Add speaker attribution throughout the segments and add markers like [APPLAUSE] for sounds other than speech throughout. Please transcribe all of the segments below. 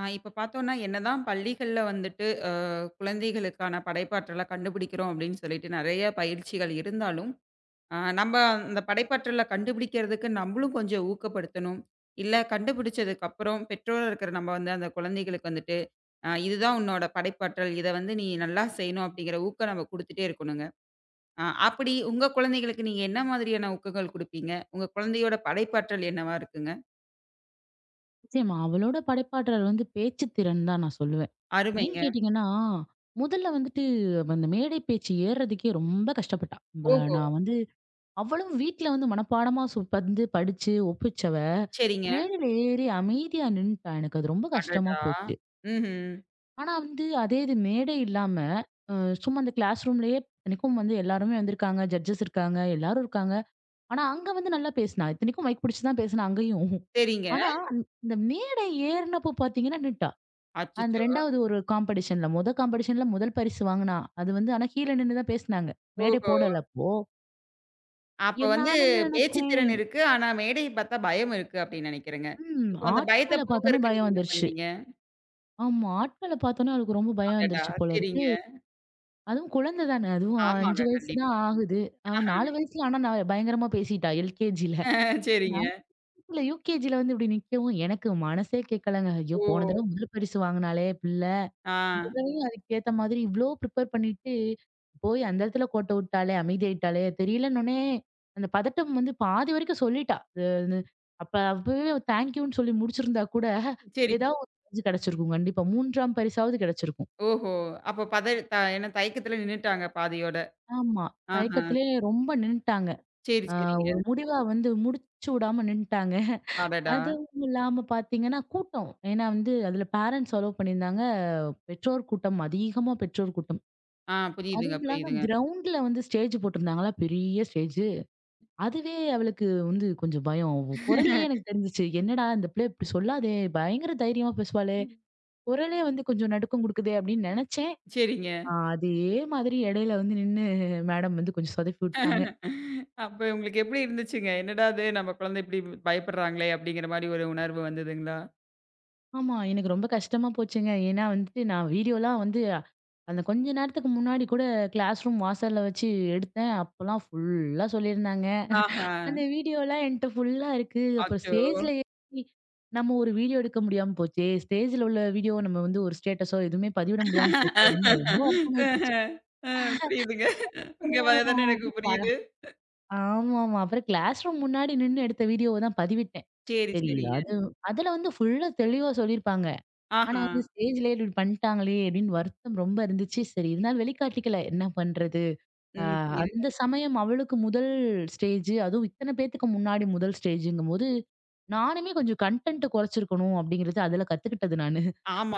Speaker 1: ஆ இப்ப பார்த்தோம்னா, என்னதான் பள்ளிகள்ல வந்துட்டு குழந்தைகளுக்கான படைப்பாற்றல கண்டுபிடிக்கிறோம் அப்படின்னு சொல்லிட்டு நெறைய பயிற்சிகள் இருந்தாலும், நம்ம அந்த படைப்பாற்றல கண்டுபிடிக்கிறதுக்கு நம்மளும் கொஞ்சம் ஊக்கப்படுத்தணும். இல்ல கண்டுபிடிச்சதுக்கு அப்புறம் பெற்றோரா இருக்கிற நம்ம வந்து அந்த குழந்தைகளுக்கு வந்துட்டு, இதுதான் உன்னோட படைப்பாற்றல். இத வந்து நீ நல்லா செய்யணும் அப்படிங்கிற ஊக்கம் நம்ம குடுத்துட்டே இருக்கணுங்க. அப்படி உங்க குழந்தைகளுக்கு நீங்க என்ன மாதிரியான ஊக்கங்கள் குடுப்பீங்க? உங்க குழந்தையோட படைப்பாற்றல் என்னவா இருக்குங்க?
Speaker 2: நிச்சயமா. அவளோட படைப்பாற்றல் வந்து பேச்சு திறன் தான் நான் சொல்லுவேன். ஏன்னு
Speaker 1: அருமைங்க.
Speaker 2: கேட்டீங்கன்னா, முதல்ல வந்துட்டு அவ அந்த மேடை பேச்சு ஏறுறதுக்கே ரொம்ப கஷ்டப்பட்டா. வ
Speaker 1: ஓஹோ!
Speaker 2: நான் வந்து அவளும் வீட்ல வந்து மனப்பாடமா வந்து படிச்சு ஒப்பிச்சவ,
Speaker 1: சரிங்க.
Speaker 2: மேடையில ஏறி அமைதியா நின்னுட்டா. எனக்கு அது ரொம்ப கஷ்டமா
Speaker 1: அடடா!
Speaker 2: போச்சு.
Speaker 1: ம்ஹ்ம்.
Speaker 2: ஆனா வந்து அதே இது மேடை இல்லாம, அ சும்மா அந்த கிளாஸ் ரூம்லயே இத்தனைக்கும் வந்து எல்லாருமே வந்திருக்காங்க, ஜட்ஜஸ் இருக்காங்க, எல்லாரும் இருக்காங்க. ஆனா அங்க வந்து நல்லா பேசினா. இத்தனைக்கும் மைக் பிடிச்சு தான் பேசினா அங்கேயும்.
Speaker 1: சரிங்க.
Speaker 2: ஆனா இந்த மேடை ஏறினப்போ பார்த்தீங்கன்னா நின்னுட்டா. அந்த
Speaker 1: அச்சச்சோ!
Speaker 2: 2வது ஒரு காம்படிஷன்ல, மொத காம்படிஷன்ல முதல் பரிசு வாங்குனா. அது வந்து ஆனா கீழ நின்னு தான் பேசுனாங்க. மேடை
Speaker 1: ஓஹோ!
Speaker 2: போடல அப்போ.
Speaker 1: அப்ப வந்து
Speaker 2: நான் என்ன
Speaker 1: பேச்சு திறன்
Speaker 2: நெனச்சேன்,
Speaker 1: இருக்கு. ஆனா மேடைய பார்த்தா பயம் இருக்கு அப்படின்னு நெனைக்கிறேங்க.
Speaker 2: ம்
Speaker 1: இப்போ அந்த பயத்த
Speaker 2: ஆட்கள பார்த்தோனே
Speaker 1: போக்குறதுக்கு நீங்க
Speaker 2: பயம்
Speaker 1: என்ன
Speaker 2: வந்துருச்சு.
Speaker 1: பண்ணீங்க?
Speaker 2: ஆமா. ஆட்கள பார்த்தோனே அவளுக்கு ரொம்ப பயம்
Speaker 1: அடடா!
Speaker 2: வந்துருச்சு போல
Speaker 1: சரிங்க.
Speaker 2: இருக்கு. அதுவும் குழந்தை தானே. அதுவும்
Speaker 1: ஆமாங்க.
Speaker 2: 5 வயசு
Speaker 1: கண்டிப்பா.
Speaker 2: தான் ஆகுது. அவ
Speaker 1: ஆஹ.
Speaker 2: 4 வயசுல ஆனா நான் பயங்கரமா பேசிட்டா எல்கேஜில.
Speaker 1: சரிங்க.
Speaker 2: 4ல யுகேஜில வந்து இப்டி நிக்கவும் எனக்கு மனசே கேட்கலங்க. ஐயோ!
Speaker 1: ஓ!
Speaker 2: போன தடவ முதல் பரிசு வாங்குனாளே பிள்ள.
Speaker 1: ஆ.
Speaker 2: முதலையும் அதுக்கேத்த மாதிரி இவ்ளோ ப்ரிப்பேர் பண்ணிட்டு, போய் அந்த இடத்துல கோட்ட விட்டாளே! அமைதியாயிட்டாளே! தெரியலன்னோனே, அந்த பதட்டம் வந்து பாதி வரைக்கும் சொல்லிட்டா. அது அது அப்ப அப்பவே தேங்க் யூன்னு சொல்லி முடிச்சிருந்தா கூட,
Speaker 1: சரி.
Speaker 2: ஏதாவது ஒரு பரிசு கிடைச்சிருக்கும் கண்டிப்பா. 3ஆம் பரிசாவது கிடைச்சிருக்கும்.
Speaker 1: ஓஹோ! அப்போ பத த என்ன தயக்கத்துல நின்னுட்டாங்க பாதியோட.
Speaker 2: ஆமா.
Speaker 1: ஆஹ.
Speaker 2: தயக்கத்திலே ரொம்ப நின்னுட்டாங்க.
Speaker 1: சரி,
Speaker 2: அ ஒரு
Speaker 1: சரிங்க.
Speaker 2: முடிவா வந்து முடிச்சு விடாம நின்னுட்டாங்க.
Speaker 1: அடடா!
Speaker 2: அதுவும் இல்லாம பார்த்தீங்கன்னா, கூட்டம். ஏன்னா வந்து, அதுல பேரண்ட்ஸ் அலோவ் பண்ணியிருந்தாங்க. பெற்றோர் கூட்டம் அதிகமா பெற்றோர் கூட்டம்.
Speaker 1: ஆ புரியுதுங்க,
Speaker 2: அதுவும் இல்லாம
Speaker 1: புரியுதுங்க.
Speaker 2: கிரவுண்ட்ல வந்து ஸ்டேஜ் போட்டிருந்தாங்களா, பெரிய ஸ்டேஜு. அதுவே அவளுக்கு வந்து கொஞ்சம் பயம். அவ குரல்லயே எனக்கு தெரிஞ்சுச்சு. என்னடா இந்த பிள்ளை இப்படி சொல்லாதே! பயங்கர தைரியமா பேசுவாளே! குரலே வந்து கொஞ்சம் நடுக்கம் குடுக்குதே! அப்படின்னு நினைச்சேன்.
Speaker 1: சரிங்க.
Speaker 2: ஆ அதே மாதிரி இடையில வந்து நின்னு மேடம் வந்து கொஞ்சம் சொதப்பி விட்டாங்க.
Speaker 1: அப்ப உங்களுக்கு எப்படி இருந்துச்சுங்க? என்னடா இது நம்ம குழந்தை இப்படி பயப்படுறாங்களே அப்படிங்கிற மாரி ஒரு உணர்வு வந்ததுங்களா?
Speaker 2: ஆமா, எனக்கு ரொம்ப கஷ்டமா போச்சுங்க. ஏன்னா வந்துட்டு நான் வீடியோலாம் வந்து அந்த கொஞ்ச நேரத்துக்கு முன்னாடி கூட கிளாஸ் ரூம் வாசல்ல வச்சு எடுத்தேன். அப்பலாம் ஃபுல்லா சொல்லியிருந்தாங்க.
Speaker 1: ஆஹா!
Speaker 2: அந்த வீடியோலாம் என்ட்ட ஃபுல்லா இருக்கு. அப்புறம்
Speaker 1: அச்சோ!
Speaker 2: ஸ்டேஜ்ல ஏறி நம்ம ஒரு வீடியோ எடுக்க முடியாம போச்சே! ஸ்டேஜ்ல உள்ள வீடியோவ நம்ம வந்து ஒரு ஸ்டேட்டஸோ எதுவுமே பதிவிட முடியாம போச்சே! அப்படின்னு ரொம்ப வருத்தமாயி போச்சு.
Speaker 1: ஆஹா. ஆ புரியுதுங்க. உங்க
Speaker 2: அப்புறம்
Speaker 1: வேதனை எனக்கு
Speaker 2: வந்து
Speaker 1: புரியுது.
Speaker 2: ஆமாமா. அப்புறம் கிளாஸ் ரூம் முன்னாடி நின்னு எடுத்த வீடியோவ தான் பதிவிட்டேன்.
Speaker 1: சரி,
Speaker 2: சரி ம்.
Speaker 1: சரிங்க.
Speaker 2: அதுல வந்து ஃபுல்லா தெளிவா சொல்லியிருப்பாங்க. ஆனா
Speaker 1: ஆஹா.
Speaker 2: வந்து ஸ்டேஜ்லயே இப்படி பண்ணிட்டாங்களே! அப்படின்னு வருத்தம் ரொம்ப இருந்துச்சு. சரி இருந்தாலும் வெளிக்காட்டிக்கல. என்ன பண்றது? அ
Speaker 1: ம்
Speaker 2: ம்.
Speaker 1: புரியுதுங்க.
Speaker 2: அந்த சமயம் அவளுக்கு முதல் ஸ்டேஜ். அதுவும் இத்தன பேத்துக்கு முன்னாடி முதல் ஸ்டேஜ்ங்கும்போது, நானுமே கொஞ்சம் கன்டென்ட்ட குறைச்சிருக்கணும் அப்படிங்கிறது அதுல கத்துக்கிட்டது நானு.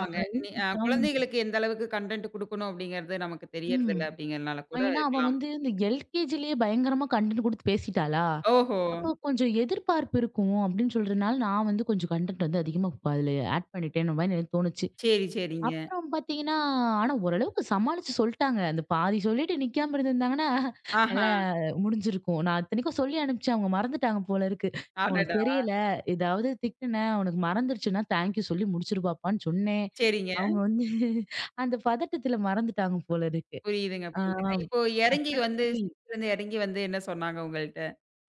Speaker 2: அ
Speaker 1: நீ குழந்தைகளுக்கு எந்த அளவுக்கு கன்டென்ட் குடுக்கணும் அப்படிங்கிறது நமக்கு
Speaker 2: ம்.
Speaker 1: தெரியறதில்ல அப்படிங்கிறனால கூட
Speaker 2: ஏன்னா அவ
Speaker 1: இருக்கலாம்.
Speaker 2: வந்து இந்த எல்கேஜிலேயே பயங்கரமா கன்டென்ட் குடுத்து பேசிட்டாளா,
Speaker 1: ஓஹோ!
Speaker 2: அப்போ கொஞ்சம் எதிர்பார்ப்பு இருக்கும் அப்படின்னு சொல்றதுனால, நான் வந்து கொஞ்சம் கன்டென்ட் வந்து அதிகமா இப்ப அதுல ஆட் பண்ணிட்டேன்னு மாரி எனக்கு தோணுச்சு.
Speaker 1: சரி, சரிங்க.
Speaker 2: அப்புறம் பாத்தீங்கன்னா, ஆனா ஓரளவுக்கு சமாளிச்சு சொல்ட்டாங்க. அந்த பாதி சொல்லிட்டு நிக்காம இருந்திருந்தாங்கன்னா,
Speaker 1: ஆஹா.
Speaker 2: நல்லா முடிஞ்சிருக்கும். நான் இத்தனைக்கும் சொல்லி அனுப்பிச்சேன். அவங்க மறந்துட்டாங்க போல இருக்கு. "உனக்கு
Speaker 1: அடடா!
Speaker 2: தெரியல. ஏதாவது திட்டுனேன், உனக்கு மறந்துருச்சுன்னா, தேங்க்யூ சொல்லி முடிச்சிரு பாப்பான்னு" சொன்னேன்.
Speaker 1: சரிங்க.
Speaker 2: அவங்க வந்து அந்த பதட்டத்துல மறந்துட்டாங்க போல இருக்கு.
Speaker 1: புரியுதுங்க,
Speaker 2: ஆ
Speaker 1: புரியுதுங்க. இப்போ இறங்கி
Speaker 2: அப்புறம்
Speaker 1: வந்து
Speaker 2: சரி
Speaker 1: ஸ்டேஜ்லருந்து இறங்கி வந்து என்ன சொன்னாங்க உங்கள்ட்ட?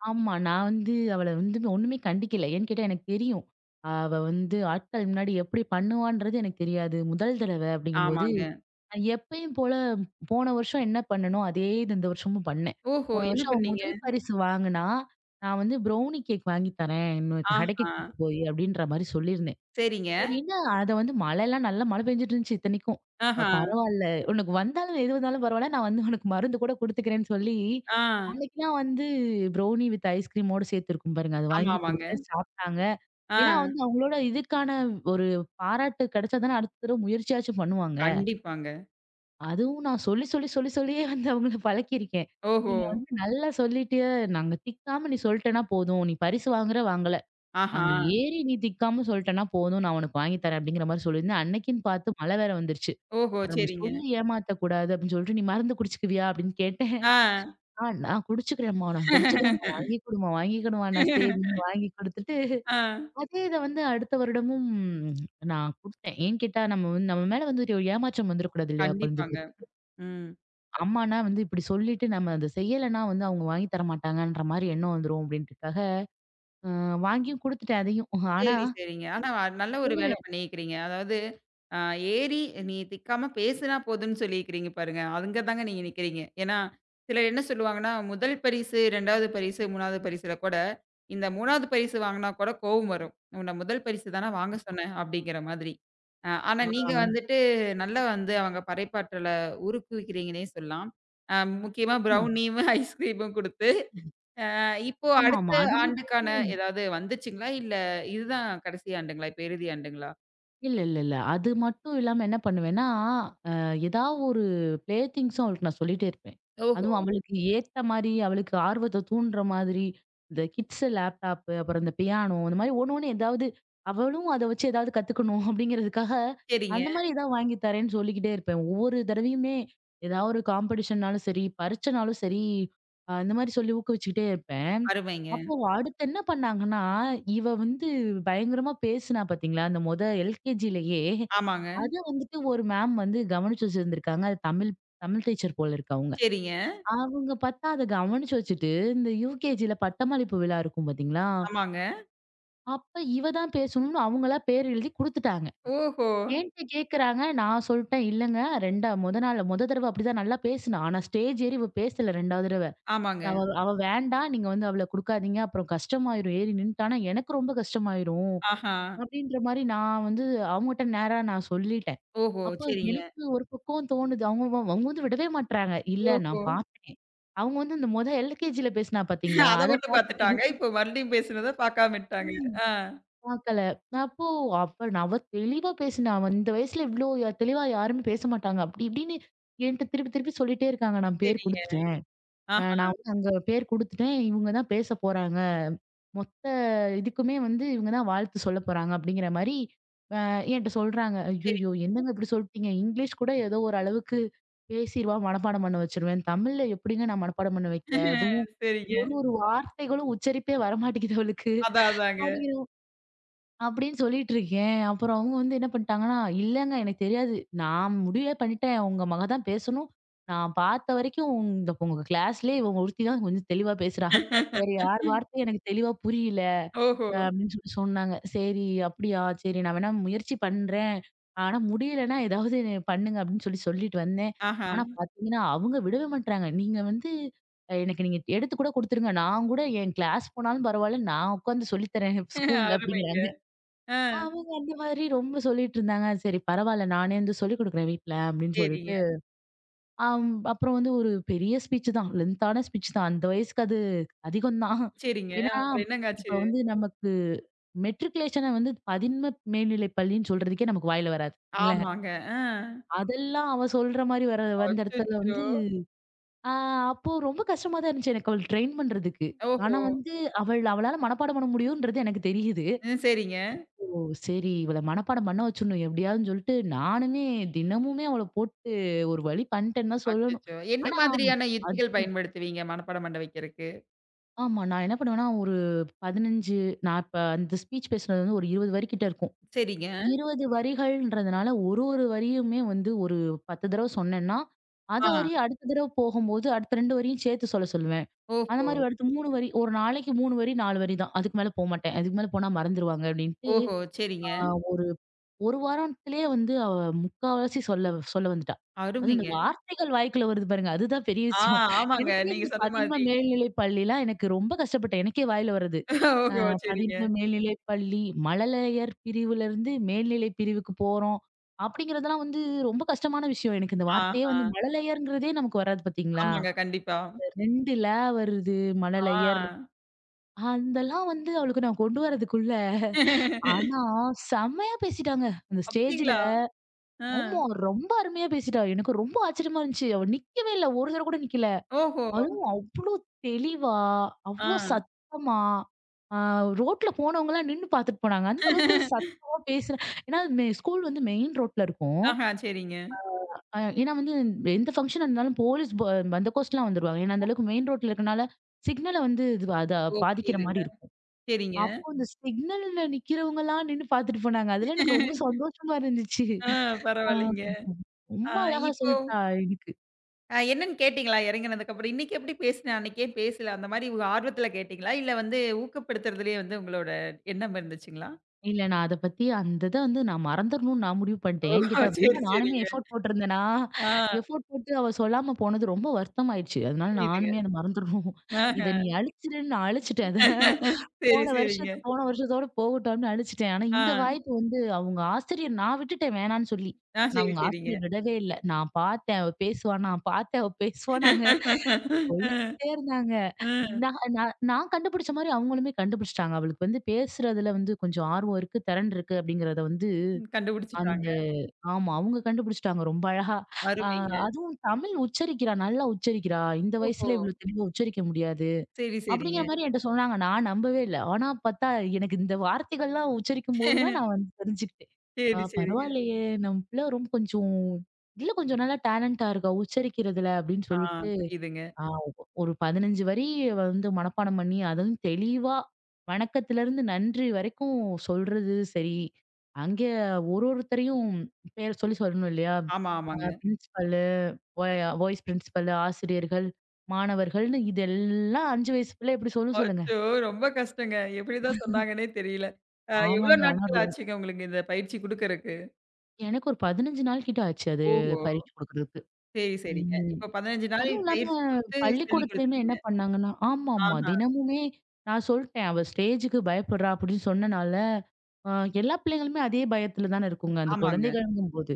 Speaker 2: ஆமா. நான் வந்து அவள வந்து ஒண்ணுமே கண்டிக்கல. ஏன்னு கேட்டா எனக்கு தெரியும். அவ வந்து ஆட்கள் முன்னாடி எப்படி பண்ணுவான்றது எனக்கு தெரியாது. முதல் தடவ அப்படிங்கும்போது
Speaker 1: ஆமாங்க.
Speaker 2: எப்பயும் போல போன வருஷம் என்ன பண்ணனோ, அதே இது இந்த வருஷமும் பண்ணேன்.
Speaker 1: ஓஹோ!
Speaker 2: போன
Speaker 1: என்ன
Speaker 2: வருஷம் அவ
Speaker 1: பண்ணீங்க?
Speaker 2: முதல் பரிசு வாங்குனா, நான் வந்து ப்ரௌனி கேக் வாங்கி தரேன், உனக்கு கடைக்கு
Speaker 1: ஆஹா.
Speaker 2: கூட்டு போய் அப்படின்ற மாரி சொல்லியிருந்தேன்.
Speaker 1: சரிங்க.
Speaker 2: சரின்னு அத வந்து மழைலாம் நல்லா மழை பெஞ்சுட்டு இருந்துச்சு இத்தனைக்கும். அ
Speaker 1: ஆஹா.
Speaker 2: பரவால்ல, உனக்கு வந்தாலும் எது வந்தாலும் பரவால்ல, நான் வந்து உனக்கு மருந்து கூட குடுத்துக்கிறேன்னு சொல்லி,
Speaker 1: ஆ.
Speaker 2: அன்னைக்குலாம் வந்து ப்ரௌனி வித் ஐஸ்கிரீமோட சேர்த்துருக்கும் பாருங்க. அது
Speaker 1: ஆமா,
Speaker 2: வாங்கி
Speaker 1: ஆமாங்க.
Speaker 2: குடுத்தேன், சாப்ட்டாங்க.
Speaker 1: ஆ.
Speaker 2: ஏன்னா வந்து அவங்களோட இதுக்கான ஒரு பாராட்டு கிடைச்சா தானே அடுத்த தடவ முயற்சியாச்சும் பண்ணுவாங்க.
Speaker 1: கண்டிப்பாங்க.
Speaker 2: அதுவும் நான் சொல்லி, சொல்லி, சொல்லி, சொல்லியே வந்து அவங்கள பழக்கியிருக்கேன்.
Speaker 1: ஓஹோ!
Speaker 2: நீங்க வந்து நல்லா சொல்லிட்டு, நாங்க திக்காம நீ சொல்ட்டன்னா போதும். நீ பரிசு வாங்குற, வாங்கல.
Speaker 1: ஆஹா!
Speaker 2: அங்க ஏறி நீ திக்காம சொல்ட்டன்னா போதும். நான் உனக்கு வாங்கி தரேன் அப்படிங்கிற மாரி சொல்லியிருந்தேன். அன்னைக்குன்னு பார்த்து மழை வேற வந்துருச்சு.
Speaker 1: ஓஹோ!
Speaker 2: அப்புறம் நம்ம
Speaker 1: சரிங்க.
Speaker 2: சொல்லி ஏமாத்தக்கூடாது அப்படின்னு சொல்லிட்டு, "நீ மருந்து குடிச்சுக்குவியா?" அப்படின்னு கேட்டேன்.
Speaker 1: ஆ.
Speaker 2: "ஆ நான் குடிச்சுக்கிறேன்ம்மா, நான் குடிச்சுக்கிறேன்ம்மா. வாங்கி குடும்மா, வாங்கி குடும்மான்னா." சரின்னு வாங்கி குடுத்துட்டு,
Speaker 1: ஆ.
Speaker 2: அதே இத வந்து அடுத்த வருடமும் நான் குடுத்தேன். ஏன்னு கேட்டா, நம்ம வந்து நம்ம மேல வந்து ஒரு ஏமாற்றம் வந்துரக்கூடாது இல்லையா
Speaker 1: கண்டிப்பாங்க.
Speaker 2: குழந்தைகளுக்கு?
Speaker 1: ம்.
Speaker 2: அம்மானா வந்து இப்படி சொல்லிட்டு நம்ம அத செய்யலைன்னா வந்து அவங்க வாங்கி தர மாட்டாங்கன்ற மாரி எண்ணம் வந்துரும் அப்படின்றதுக்காக, அ வாங்கியும் குடுத்துட்டேன் அதையும். ஆனா,
Speaker 1: சரி, சரிங்க. ஆனா நல்ல ஒரு வேலை
Speaker 2: சொல்லுவேன்.
Speaker 1: பண்ணியிருக்கிறீங்க. அதாவது அ ஏறி நீ திக்காம பேசினா போதும்ன்னு சொல்லியிருக்கிறீங்க பாருங்க. அங்க தாங்க நீங்க நிக்கிறீங்க. ஏன்னா, சிலர் என்ன சொல்லுவாங்கன்னா, முதல் பரிசு, 2வது பரிசு, 3வது பரிசுல கூட இந்த 3வது பரிசு வாங்குனா கூட கோவம் வரும். உன்ன முதல் பரிசு தான வாங்க சொன்னேன் அப்படிங்கிற மாதிரி. ஆனா நீங்க
Speaker 2: ஆ,
Speaker 1: வந்துட்டு நல்லா வந்து அவங்க பறைப்பாற்றல உருக்குவிக்கிறீங்கன்னே சொல்லலாம். அ முக்கியமா
Speaker 2: ஆமா.
Speaker 1: ப்ரௌனியும், [LAUGHS] ஐஸ்கிரீமும் குடுத்து. அ இப்போ அடுத்த
Speaker 2: ஆமாமா. அது மட்டும்
Speaker 1: ஆண்டுக்கான ஏதாவது வந்துச்சுங்களா? இல்ல இதுதான் கடைசி ஆண்டுங்களா? இப்ப இறுதி ஆண்டுங்களா?
Speaker 2: இல்ல, இல்ல, இல்ல. அது மட்டும் இல்லாம என்ன பண்ணுவேன்னா, அ ஏதாவது ஒரு ப்ளே திங்ஸும் அவளுக்கு நான் சொல்லிட்டே இருப்பேன்.
Speaker 1: ஓஹோ!
Speaker 2: அதுவும் அவளுக்கு ஏத்த மாரி, அவளுக்கு ஆர்வத்த தூண்டுற மாதிரி, இந்த கிட்ஸ் லேப்டாப்பு, அப்புறம் இந்த பியானோ, இந்த மாரி ஒண்ணு, ஒண்ணு ஏதாவது அவளும் அத வச்சு ஏதாவது கத்துக்கணும் [LAUGHS] அப்படிங்கிறதுக்காக,
Speaker 1: சரிங்க.
Speaker 2: அந்த மாரி ஏதாவது வாங்கி தரேன்னு சொல்லிக்கிட்டே இருப்பேன். ஒவ்வொரு தடவையுமே ஏதாவது ஒரு காம்படிஷன்னாலும் சரி, பரீட்சைனாலும் சரி, இந்த மாரி சொல்லி ஊக்குவிச்சுக்கிட்டே இருப்பேன்.
Speaker 1: அருமைங்க.
Speaker 2: அப்போ அடுத்து என்ன பண்ணாங்கன்னா, இவ வந்து பயங்கரமா பேசுனா பாத்தீங்களா? அந்த மொத எல்கேஜிலயே,
Speaker 1: ஆமாங்க.
Speaker 2: அத வந்துட்டு ஒரு மேம் வந்து கவனிச்சு வச்சிருந்திருக்காங்க. அது தமிழ் தமிழ் டீச்சர் போல இருக்கு அவங்க.
Speaker 1: சரிங்க.
Speaker 2: அவங்க பார்த்தா அத கவனிச்சு வச்சுட்டு, இந்த யுகேஜில பட்டமளிப்பு விழா இருக்கும் பாத்தீங்களா?
Speaker 1: ஆமாங்க.
Speaker 2: அப்ப இவ தான் பேசணும்னு அவங்களா பேர் எழுதி குடுத்துட்டாங்க.
Speaker 1: ஓஹோ!
Speaker 2: என்ட்ட கேட்கறாங்க. நான் சொல்ட்டேன், இல்லங்க 2 மொத நாள் மொத தடவ அப்படிதான் நல்லா பேசுனா. ஆனா ஸ்டேஜ் ஏறி இவ பேசல 2வது தடவ.
Speaker 1: ஆமாங்க.
Speaker 2: அவ அவ வேண்டாம். நீங்க வந்து அவள குடுக்காதீங்க. அப்புறம் கஷ்டமாயிரும். ஏறி நின்னுட்டானா எனக்கு ரொம்ப கஷ்டமாயிரும்.
Speaker 1: ஆஹா!
Speaker 2: அப்படின்ற மாரி நான் வந்து அவங்கட்ட நேரா நான் சொல்லிட்டேன்.
Speaker 1: ஓஹோ!
Speaker 2: அப்போ
Speaker 1: சரிங்க.
Speaker 2: எனக்கு ஒரு பக்கம் தோணுது. அவங்க அவங்க வந்து விடவே மாட்றாங்க. இல்ல
Speaker 1: ஓஹோ!
Speaker 2: நான் பார்த்தேன். அவங்க வந்து இந்த மொத எல்கேஜில பேசினா பார்த்தீங்களா?
Speaker 1: அத
Speaker 2: அத
Speaker 1: மட்டும் பாத்துட்டாங்க.
Speaker 2: பார்த்துட்டு
Speaker 1: இப்ப மறுபடியும் பேசுனத பாக்காம விட்டாங்க.
Speaker 2: ம்
Speaker 1: ஆ,
Speaker 2: பார்க்கல. அப்போ நான் அவ தெளிவா பேசினா. அவ இந்த வயசுல இவ்ளோ தெளிவா யாருமே பேச மாட்டாங்க. அப்படி இப்படின்னு என்ட்ட திருப்பி திருப்பி சொல்லிட்டே இருக்காங்க. நான் பேர்
Speaker 1: சரிங்க.
Speaker 2: குடுத்துட்டேன்.
Speaker 1: ஆஹா.
Speaker 2: நான் வந்து அங்க பேர் குடுத்துட்டேன். இவங்க தான் பேச போறாங்க. மொத்த இதுக்குமே வந்து இவங்க தான் வாழ்த்து சொல்லப் போறாங்க அப்படிங்கிற மாரி அ என்ட்ட சொல்றாங்க.
Speaker 1: சரிங்க,
Speaker 2: ஐய்யய்யோ! என்னங்க இப்படி சொல்ட்டீங்க? இங்கிலீஷ் கூட ஏதோ ஒரு அளவுக்கு பேசிருவா, மனப்பாடம் பண்ண வச்சுருவேன். தமிழ்ல எப்படிங்க நான் மனப்பாடம் பண்ண வைக்க? அதுவும்
Speaker 1: சரிங்க.
Speaker 2: ஒரு ஒரு வார்த்தைகளும் உச்சரிப்பே வரமாட்டேங்குது அவளுக்கு.
Speaker 1: அதான், அதாங்க.
Speaker 2: அப்படிங்கிற அப்படின்னு சொல்லிட்டு இருக்கேன். அப்புறம் அவங்க வந்து என்ன பண்ணிட்டாங்கன்னா, "இல்லங்க எனக்கு தெரியாது. நான் முடிவே பண்ணிட்டேன். உங்க மக தான் பேசணும். நான் பார்த்த வரைக்கும் இந்த உங்க கிளாஸ்லயே இவ ஒருத்தி தான் கொஞ்சம் தெளிவா பேசுறா. வேற யார் வார்த்தையும் எனக்கு தெளிவா புரியல."
Speaker 1: ஓஹோ!
Speaker 2: அப்படின்னு சொன்னாங்க. சரி அப்படியா! சரி நான் வேணா முயற்சி பண்றேன். ஆனா முடியலன்னா ஏதாவது பண்ணுங்க அப்படின்னு சொல்லிட்டு வந்தேன்.
Speaker 1: ஆஹா.
Speaker 2: ஆனா பார்த்தீங்கன்னா, அவங்க விடவே மாட்றாங்க. நீங்க வந்து எனக்கு நீங்க எடுத்து கூட குடுத்துருங்க. நான் கூட என் கிளாஸ் போனாலும் பரவால்ல. நான் உட்காந்து சொல்லி தரேன் ஸ்கூல்ல
Speaker 1: அருமைங்க.
Speaker 2: அப்படிங்கிறாங்க.
Speaker 1: ஆ,
Speaker 2: அவங்க அந்த மாதிரி ரொம்ப சொல்லிட்டு இருந்தாங்க. சரி பரவால்ல. நானே வந்து சொல்லிக் குடுக்குறேன் வீட்ல அப்படின்னு
Speaker 1: சரிங்க,
Speaker 2: சொல்லிட்டு ஆம். அப்புறம் வந்து ஒரு பெரிய ஸ்பீச் தான். லென்த்தான ஸ்பீச் தான். அந்த வயசுக்கு அது அதிகம் தான்.
Speaker 1: சரிங்க.
Speaker 2: ஏன்னா,
Speaker 1: அப்புறம் என்னங்க
Speaker 2: இப்ப
Speaker 1: ஆச்சு?
Speaker 2: வந்து நமக்கு மெட்ரிகுலேஷன வந்து 11 மேல்நிலை பள்ளின்னு சொல்றதுக்கே நமக்கு வாயில வராது. இல்ல.
Speaker 1: ஆமாங்க. ஆ.
Speaker 2: அதெல்லாம் அவ சொல்ற மாரி வர வந்த இடத்துல
Speaker 1: அச்சச்சோ!
Speaker 2: வந்து ஆ அப்போ ரொம்ப கஷ்டமா தான் இருந்துச்சு எனக்கு அவள ட்ரெயின் பண்றதுக்கு. ஆனா
Speaker 1: ஓஹோ!
Speaker 2: வந்து அவளால மனப்பாடம் பண்ண முடியும்ன்றது எனக்கு தெரியுது.
Speaker 1: ம், சரிங்க.
Speaker 2: ஓ! சரி இவள மனப்பாடம் பண்ண வச்சுடணும் எப்படியாதுன்னு சொல்லிட்டு நானுமே தினமுமே அவள போட்டு ஒரு வழி பண்ணிட்டேன்னு தான் சொல்லணும்.
Speaker 1: அச்சச்சோ! என்ன
Speaker 2: ஆனா
Speaker 1: மாதிரியான யுக்திகள் பயன்படுத்துவீங்க மனப்பாடம் பண்ண வைக்கிறக்கு?
Speaker 2: ஆமா. நான் என்ன பண்ணுவேன்னா, ஒரு 15 நான் இப்ப அந்த ஸ்பீச் பேசுனது வந்து ஒரு 20 வரி கிட்ட இருக்கும்.
Speaker 1: சரிங்க.
Speaker 2: 20 வரிகள்ன்றதுனால, ஒரு ஒரு வரியுமே வந்து ஒரு 10 தடவ சொன்னேன்னா, அத
Speaker 1: ஆ.
Speaker 2: வரி அடுத்த தடவ போகும்போது, அடுத்த 2 வரியும் சேர்த்து சொல்ல சொல்லுவேன். அந்த
Speaker 1: ஓஹோ!
Speaker 2: மாரி அடுத்து 3 வரி, ஒரு நாளைக்கு 3 வரி, 4 வரி தான். அதுக்கு மேல போமாட்டேன். அதுக்கு மேல போனா மறந்துருவாங்க அப்டின்ட்டு,
Speaker 1: ஓஹோ! சரிங்க.
Speaker 2: அ ஒரு வாரத்திலேயே வந்து அவ முக்காவாசி சொல்ல சொல்ல வந்துட்டா. அதுவும் இந்த
Speaker 1: அருமைங்க.
Speaker 2: வார்த்தைகள் வாய்க்குள்ள வருது பாருங்க, அதுதான் பெரிய
Speaker 1: ஆ,
Speaker 2: விஷயம்.
Speaker 1: ஆமாங்க.
Speaker 2: எனக்கே
Speaker 1: நீங்க
Speaker 2: இந்த
Speaker 1: சொன்ன மாதிரி.
Speaker 2: 11ஆம் மேல்நிலைப் பள்ளிலாம் எனக்கு ரொம்ப கஷ்டப்பட்டேன். எனக்கே வாயில வர்றது.
Speaker 1: ஓஹோ! சரிங்க.
Speaker 2: பதின்ம மேல்நிலை பள்ளி, மழலையர் பிரிவுலருந்து மேல்நிலை பிரிவுக்கு போறோம். அப்படிங்கிறதெல்லாம் வந்து ரொம்ப கஷ்டமான விஷயம். எனக்கு இந்த வார்த்தையே
Speaker 1: ஆஹா.
Speaker 2: வந்து மழலையர்ங்கிறதே நமக்கு வராது பார்த்தீங்களா?
Speaker 1: ஆமாங்க. கண்டிப்பா.
Speaker 2: 2 ல வருது
Speaker 1: ஆ.
Speaker 2: மழலையர். அதெல்லாம் வந்து அவளுக்கு நான் கொண்டு வரதுக்குள்ள, ஆனா செம்மையா பேசிட்டாங்க. அந்த ஸ்டேஜ்ல.
Speaker 1: அப்படிங்களா? ஆ.
Speaker 2: ஆமா ரொம்ப அருமையா பேசிட்டா. எனக்கு ரொம்ப ஆச்சரியமா இருந்துச்சு. அவ நிக்கவே இல்ல. ஒரு தடவ கூட நிக்கல.
Speaker 1: ஓஹோ!
Speaker 2: அதுவும் அவ்ளோ தெளிவா,
Speaker 1: ஆ.
Speaker 2: அவ்ளோ சத்தமா, ஆ ரோட்ல போனவங்கலாம் நின்னு பார்த்துட்டு போனாங்க. அந்த அளவுக்கு சத்தமா பேசுன ஏன்னா ஸ்கூல் வந்து மெயின் ரோட்ல இருக்கும்.
Speaker 1: ஆஹா, சரிங்க.
Speaker 2: ஏன்னா வந்து எந்த ஃபங்ஷன் இருந்தாலும் போலீஸ் பந்தோபஸ்துலாம் வந்துருவாங்க. ஏன்னா அந்த அளவுக்கு மெயின் ரோட்ல இருக்கனால, சிக்னல வந்து இது அத
Speaker 1: ஓ!
Speaker 2: பாதிக்கிற
Speaker 1: புரியுதுங்க.
Speaker 2: மாரி இருக்கும்.
Speaker 1: சரிங்க.
Speaker 2: அப்போ அந்த சிக்னல்ல நிக்கிறவங்கலாம் நின்னு பார்த்துட்டு போனாங்க. அதெல்லாம் எனக்கு ரொம்ப சந்தோஷமா இருந்துச்சு.
Speaker 1: ஆ
Speaker 2: ஆ
Speaker 1: பரவாயில்லைங்க. ஆ
Speaker 2: ரொம்ப அழகா
Speaker 1: இப்போ
Speaker 2: சொல்ட்டா எனக்கு.
Speaker 1: என்னன்னு கேட்டீங்களா? இறங்குனதுக்கப்புறம், இன்னைக்கு எப்படி பேசினேன், அன்னைக்கே பேசல அந்த மாரி உங்க ஆர்வத்துல கேட்டீங்களா? இல்ல வந்து ஊக்கப்படுத்துறதுலயே வந்து உங்களோட எண்ணம் இருந்துச்சுங்களா?
Speaker 2: இல்ல நான் அத பத்தி அந்த இத வந்து நான் மறந்துரணும்னு நான் முடிவு பண்ணிட்டேன். ஏன்னு
Speaker 1: ஓ!
Speaker 2: கேட்டா ரொம்ப
Speaker 1: சரி,
Speaker 2: நானுமே
Speaker 1: சரிங்க.
Speaker 2: எஃபோர்ட் போட்டிருந்தேனா,
Speaker 1: ஆ
Speaker 2: எஃபோர்ட் போட்டு அவ சொல்லாம போனது ரொம்ப வருத்தமாயிடுச்சு. அதனால
Speaker 1: புரியுதுங்க.
Speaker 2: நானுமே அத மறந்துரணும்.
Speaker 1: ஆஹ.
Speaker 2: இத நீ அழிச்சிடுன்னு நான் அழிச்சிட்டேன் அத.
Speaker 1: சரி, சரிங்க.
Speaker 2: போன வருஷத்தோட போகட்டும்னு அழிச்சிட்டேன். ஆனா
Speaker 1: ஆ.
Speaker 2: இந்த வாய்ப்பு வந்து அவங்க ஆசிரியர் நான் விட்டுட்டேன் வேணான்னு சொல்லி.
Speaker 1: ஆ
Speaker 2: ஆனா
Speaker 1: சரி,
Speaker 2: அவங்க
Speaker 1: சரிங்க.
Speaker 2: ஆசிரியர் விடவே இல்ல. நான் பார்த்தேன் அவ பேசுவான்னு
Speaker 1: அ,
Speaker 2: சொல்லிட்டே இருந்தாங்க.
Speaker 1: அ.
Speaker 2: நான் நான் நான் கண்டுபிடிச்ச மாரி அவங்களுமே கண்டுபிடிச்சுட்டாங்க. அவளுக்கு வந்து பேசுறதுல வந்து கொஞ்சம் ஆர்வம் இருக்கு, திறன் இருக்கு அப்படிங்கிறத வந்து
Speaker 1: கண்டுபிடிச்சுட்டாங்க.
Speaker 2: அந்த ஆமா. அவங்க கண்டுபிடிச்சுட்டாங்க ரொம்ப அழகா. அ
Speaker 1: அருமைங்க.
Speaker 2: அதுவும் தமிழ் உச்சரிக்கிறா, நல்லா உச்சரிக்கிறா. இந்த
Speaker 1: ஓஹோ!
Speaker 2: வயசுல இவ்வளோ தெளிவா உச்சரிக்க முடியாது.
Speaker 1: சரி, சரிங்க.
Speaker 2: அப்படிங்கிற மாரி என்ட்ட சொன்னாங்க. நான் நம்பவே இல்ல. ஆனா பார்த்தா எனக்கு இந்த வார்த்தைகள்லாம் உச்சரிக்கும்போது தான் நான் வந்து தெரிஞ்சுக்கிட்டேன். ஆ
Speaker 1: சரி, சரிங்க.
Speaker 2: பரவாயில்லையே! நம்ம பிள்ள ரொம்ப கொஞ்சம், இதுல கொஞ்சம் நல்லா டேலண்டா இருக்கா உச்சரிக்கிறதுல அப்படின்னு
Speaker 1: ஆ
Speaker 2: சொல்லிட்டு
Speaker 1: புரியுதுங்க.
Speaker 2: ஆ ஒரு 15 வரி வந்து மனப்பாடம் பண்ணி, அதுவும் தெளிவா வணக்கத்திலருந்து நன்றி வரைக்கும் சொல்றது சரி. அங்கே ஒரு ஒருத்தரையும் பேர சொல்லி சொல்லணும் இல்லையா?
Speaker 1: ஆமா, ஆமாங்க.
Speaker 2: பிரின்சிபலு, வைஸ் பிரின்சிபல், ஆசிரியர்கள், மாணவர்கள்னு இதெல்லாம் 5 வயசு பிள்ளை எப்படி சொல்லும் சொல்லுங்க?
Speaker 1: அச்சோ! ரொம்ப கஷ்டங்க. எப்படிதான் சொன்னாங்கன்னே தெரியல. எவ்வளோ
Speaker 2: ஆமாங்க. ஆனா
Speaker 1: நாட்கள் ஆச்சுங்க உங்களுக்கு இந்த பயிற்சி குடுக்கறக்கு?
Speaker 2: எனக்கு ஒரு 15 நாள் கிட்ட ஆச்சு அது
Speaker 1: ஓஹோ!
Speaker 2: பரீட்சை குடுக்குறதுக்கு.
Speaker 1: சரி, சரிங்க.
Speaker 2: ம்.
Speaker 1: இப்ப 15 நாள்
Speaker 2: அதுவும் இல்லாம
Speaker 1: பயிற்சி குடுத்து சொல்லிக்
Speaker 2: பள்ளிக்கூடத்துலயுமே என்ன
Speaker 1: குடுத்துட்டீங்க.
Speaker 2: பண்ணாங்கன்னா ஆமாமா.
Speaker 1: ஆஹா.
Speaker 2: தினமுமே நான் சொல்ட்டேன். அவ ஸ்டேஜுக்கு பயப்படுறா அப்படின்னு சொன்னனால, அ எல்லா பிள்ளைங்களுமே அதே பயத்துல தானே இருக்குங்க. அந்த
Speaker 1: ஆமாங்க.
Speaker 2: குழந்தைகள்ங்கும்போது.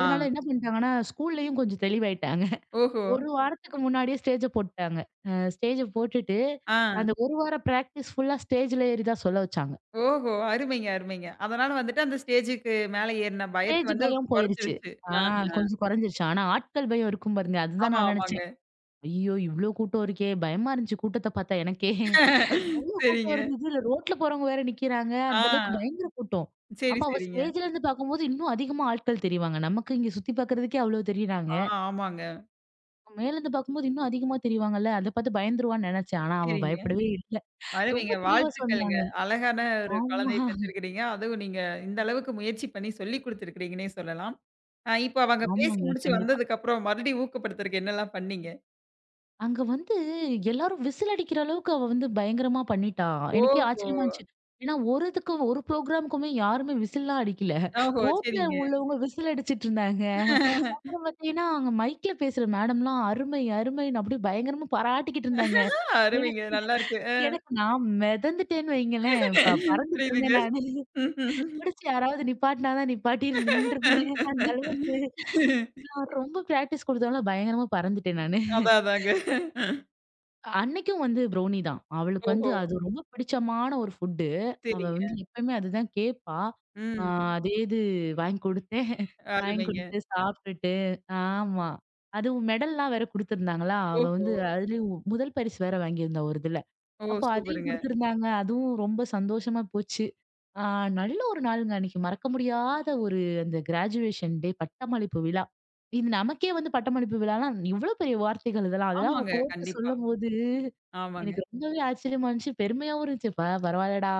Speaker 1: ஆ.
Speaker 2: என்ன பண்ணிட்டாங்கன்னா, ஸ்கூல்லயும் கொஞ்சம் தெளிவாயிட்டாங்க.
Speaker 1: ஓஹோ!
Speaker 2: ஒரு வாரத்துக்கு முன்னாடியே ஸ்டேஜ போட்டுட்டாங்க. அ ஸ்டேஜ போட்டுட்டு,
Speaker 1: ஆ.
Speaker 2: அந்த ஒரு வார பிராக்டிஸ் ஃபுல்லா ஸ்டேஜ்ல ஏறி தான் சொல்ல வச்சாங்க.
Speaker 1: ஓஹோ! அருமைங்க, அருமைங்க. அதனால வந்துட்டு அந்த ஸ்டேஜுக்கு மேல ஏறுன பயத்த
Speaker 2: ஸ்டேஜ்
Speaker 1: வந்து
Speaker 2: பயம் போயிருச்சு.
Speaker 1: கொறஞ்சிருச்சு.
Speaker 2: ஆ
Speaker 1: ஆ.
Speaker 2: கொஞ்சம் குறைஞ்சிருச்சு. ஆனா ஆட்கள் பயம் இருக்கும் பாருங்க. அதுதான்
Speaker 1: ஆமா,
Speaker 2: நான்
Speaker 1: ஆமாங்க.
Speaker 2: நினைச்சேன். ஐயோ! இவ்ளோ கூட்டம் இருக்கே! பயமா இருந்துச்சு கூட்டத்த பார்த்தா எனக்கே. அவ்ளோ கூட்டம்
Speaker 1: சரிங்க.
Speaker 2: இருந்தது. இதுல ரோட்ல போறவங்க வேற நிக்கிறாங்க. அந்த அளவுக்கு
Speaker 1: ஆ.
Speaker 2: பயங்கர கூட்டம்.
Speaker 1: சரி,
Speaker 2: அப்ப அவ
Speaker 1: சரிங்க.
Speaker 2: ஸ்டேஜ்ல இருந்து பார்க்கும்போது இன்னும் அதிகமா ஆட்கள் தெரிவாங்க. நமக்கு இங்க சுத்தி பார்க்கறதுக்கே அவ்ளோ தெரியிறாங்க.
Speaker 1: ஆ ஆமாங்க.
Speaker 2: மேல இருந்து பார்க்கும்போது இன்னும் அதிகமா தெரிவாங்கல்ல. அத பார்த்து பயந்துருவான்னு நெனச்சேன். ஆனா அவ
Speaker 1: சரிங்க.
Speaker 2: பயப்படவே இல்ல. ரொம்ப
Speaker 1: அருமைங்க.
Speaker 2: தெளிவா
Speaker 1: வாழ்த்துக்கள்ங்க.
Speaker 2: சொன்னாங்க.
Speaker 1: அழகான ஒரு
Speaker 2: ஆமா.
Speaker 1: குழந்தைய பெத்திருக்கிறீங்க. அதுவும் நீங்க இந்த அளவுக்கு முயற்சி பண்ணி சொல்லிக் குடுத்துருக்கிறீங்கன்னே சொல்லலாம். இப்ப அவங்க பேசி
Speaker 2: ஆமாங்க.
Speaker 1: முடிச்சு
Speaker 2: கண்டிப்பா.
Speaker 1: வந்ததுக்கப்புறம் மறுபடியும் ஊக்கப்படுத்துறக்கு என்னலாம் பண்ணீங்க?
Speaker 2: அங்க வந்து எல்லாரும் விசில் அடிக்கிற அளவுக்கு அவ வந்து பயங்கரமா பண்ணிட்டா. எனக்கே
Speaker 1: ஓஹோ!
Speaker 2: ஆச்சரியமா இருந்துச்சு. ஏன்னா ஒரு இதுக்கும் ஒரு ப்ரோகிராமுக்குமே யாருமே விசில்லாம் அடிக்கல.
Speaker 1: ஓஹோ!
Speaker 2: ரோட்ல
Speaker 1: சரிங்க.
Speaker 2: உள்ளவங்க விசில் அடிச்சிட்டு இருந்தாங்க. அப்புறம் பார்த்தீங்கன்னா, அங்க மைக்ல பேசுற மேடம்லாம் அருமை, அருமைன்னு அப்படியே பயங்கரமா பாராட்டிக்கிட்டு இருந்தாங்க.
Speaker 1: அருமைங்க.
Speaker 2: எனக்கு
Speaker 1: நல்லா இருக்கு.
Speaker 2: எனக்கு நான் மிதந்துட்டேன்னு வைங்களேன். பறந்துட்டு
Speaker 1: புரியுதுங்க.
Speaker 2: இருந்தேன் நானு.
Speaker 1: ம்ஹும்.
Speaker 2: புடிச்சு யாராவது நிப்பாட்டினா தான் நிப்பாட்டி இருந்து நின்றுருப்பேன். அந்த அளவுக்கு நான் ரொம்ப பிராக்டிஸ் குடுத்தனால பயங்கரமா பறந்துட்டேன் நானு.
Speaker 1: அதான் அதாங்க.
Speaker 2: அன்னைக்கும் வந்து ப்ரௌனி தான். அவளுக்கு வந்து
Speaker 1: ஓஹோ!
Speaker 2: அது ரொம்ப பிடிச்சமான ஒரு ஃபுட்டு. அவ
Speaker 1: சரிங்க.
Speaker 2: வந்து எப்பயுமே அதுதான் கேட்பா. ஆ
Speaker 1: ம்.
Speaker 2: அதே இது வாங்கி குடுத்தேன். [LAUGHS] வாங்கி
Speaker 1: அருமைங்க.
Speaker 2: குடுத்து சாப்ட்டுட்டு ஆமா. அதுவும் மெடல்லாம் வேற குடுத்துருந்தாங்களா, அவ
Speaker 1: ஓஹோ!
Speaker 2: வந்து அதுலயும் முதல் பரிசு வேற வாங்கியிருந்தா ஒரு இதுல.
Speaker 1: ஓ!
Speaker 2: அப்போ அதையும்
Speaker 1: சூப்பருங்க.
Speaker 2: குடுத்துருந்தாங்க. அதுவும் ரொம்ப சந்தோஷமா போச்சு. ஆ நல்ல ஒரு நாளுங்க அன்னைக்கு. மறக்க முடியாத ஒரு அந்த கிராஜுவேஷன் டே பட்டமளிப்பு விழா. இது நமக்கே வந்து பட்டமளிப்பு விழாலாம் இவ்ளோ பெரிய வார்த்தைகள் இதெல்லாம். அதெல்லாம் அவ
Speaker 1: ஆமாங்க.
Speaker 2: கோர்த்து
Speaker 1: கண்டிப்பா.
Speaker 2: சொல்லும்போது
Speaker 1: ஆமாங்க.
Speaker 2: எனக்கு ரொம்பவே ஆச்சரியமா இருந்துச்சு. பெருமையாவும் இருந்துச்சு. பரவாயில்லடா!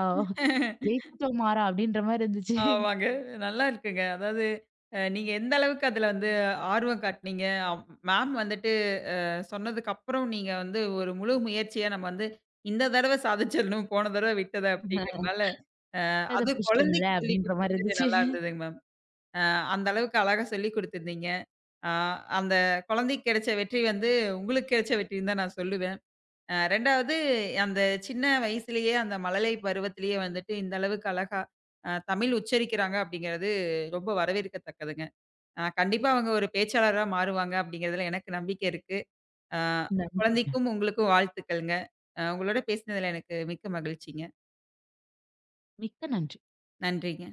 Speaker 2: ஜெயிச்சுட்டோம் மாறா! அப்படின்ற மாரி இருந்துச்சு.
Speaker 1: ஆமாங்க. நல்லா இருக்குங்க. அதாவது நீங்க எந்த அளவுக்கு அதுல வந்து ஆர்வம் காட்டுனீங்க. மேம் வந்துட்டு சொன்னதுக்கு அப்புறம் நீங்க வந்து ஒரு முழு முயற்சியா நம்ம வந்து இந்த தடவ சாதிச்சிரணும், போன தடவ விட்டத
Speaker 2: [LAUGHS]
Speaker 1: அப்படிங்கிறதுனால, அ
Speaker 2: பட்டத
Speaker 1: அது
Speaker 2: பிடிச்சிட்டோம்ல!
Speaker 1: குழந்தைக்கு சொல்லிக்
Speaker 2: அப்படின்ற மாரி
Speaker 1: குடுத்தது
Speaker 2: இருந்துச்சு.
Speaker 1: நல்லா இருந்ததுங்க மேம். அ அந்த அளவுக்கு அழகா சொல்லிக் குடுத்துருந்தீங்க. அ அந்த குழந்தைக்கு கிடைச்ச வெற்றி வந்து உங்களுக்கு கிடைச்ச வெற்றின்னு தான் நான் சொல்லுவேன். 2வது அந்த சின்ன வயசுலயே அந்த மழலை பருவத்திலேயே வந்துட்டு, இந்த அளவுக்கு அழகா தமிழ் உச்சரிக்கிறாங்க அப்படிங்கிறது ரொம்ப வரவேற்கத்தக்கதுங்க. கண்டிப்பா அவங்க ஒரு பேச்சாளரா மாறுவாங்க அப்படிங்கிறதுல எனக்கு நம்பிக்கை இருக்கு. அ
Speaker 2: நன்றிங்க.
Speaker 1: குழந்தைக்கும் உங்களுக்கும் வாழ்த்துக்கள்ங்க. உங்களோட பேசினதுல எனக்கு மிக்க மகிழ்ச்சிங்க.
Speaker 2: மிக்க நன்றி.
Speaker 1: நன்றிங்க.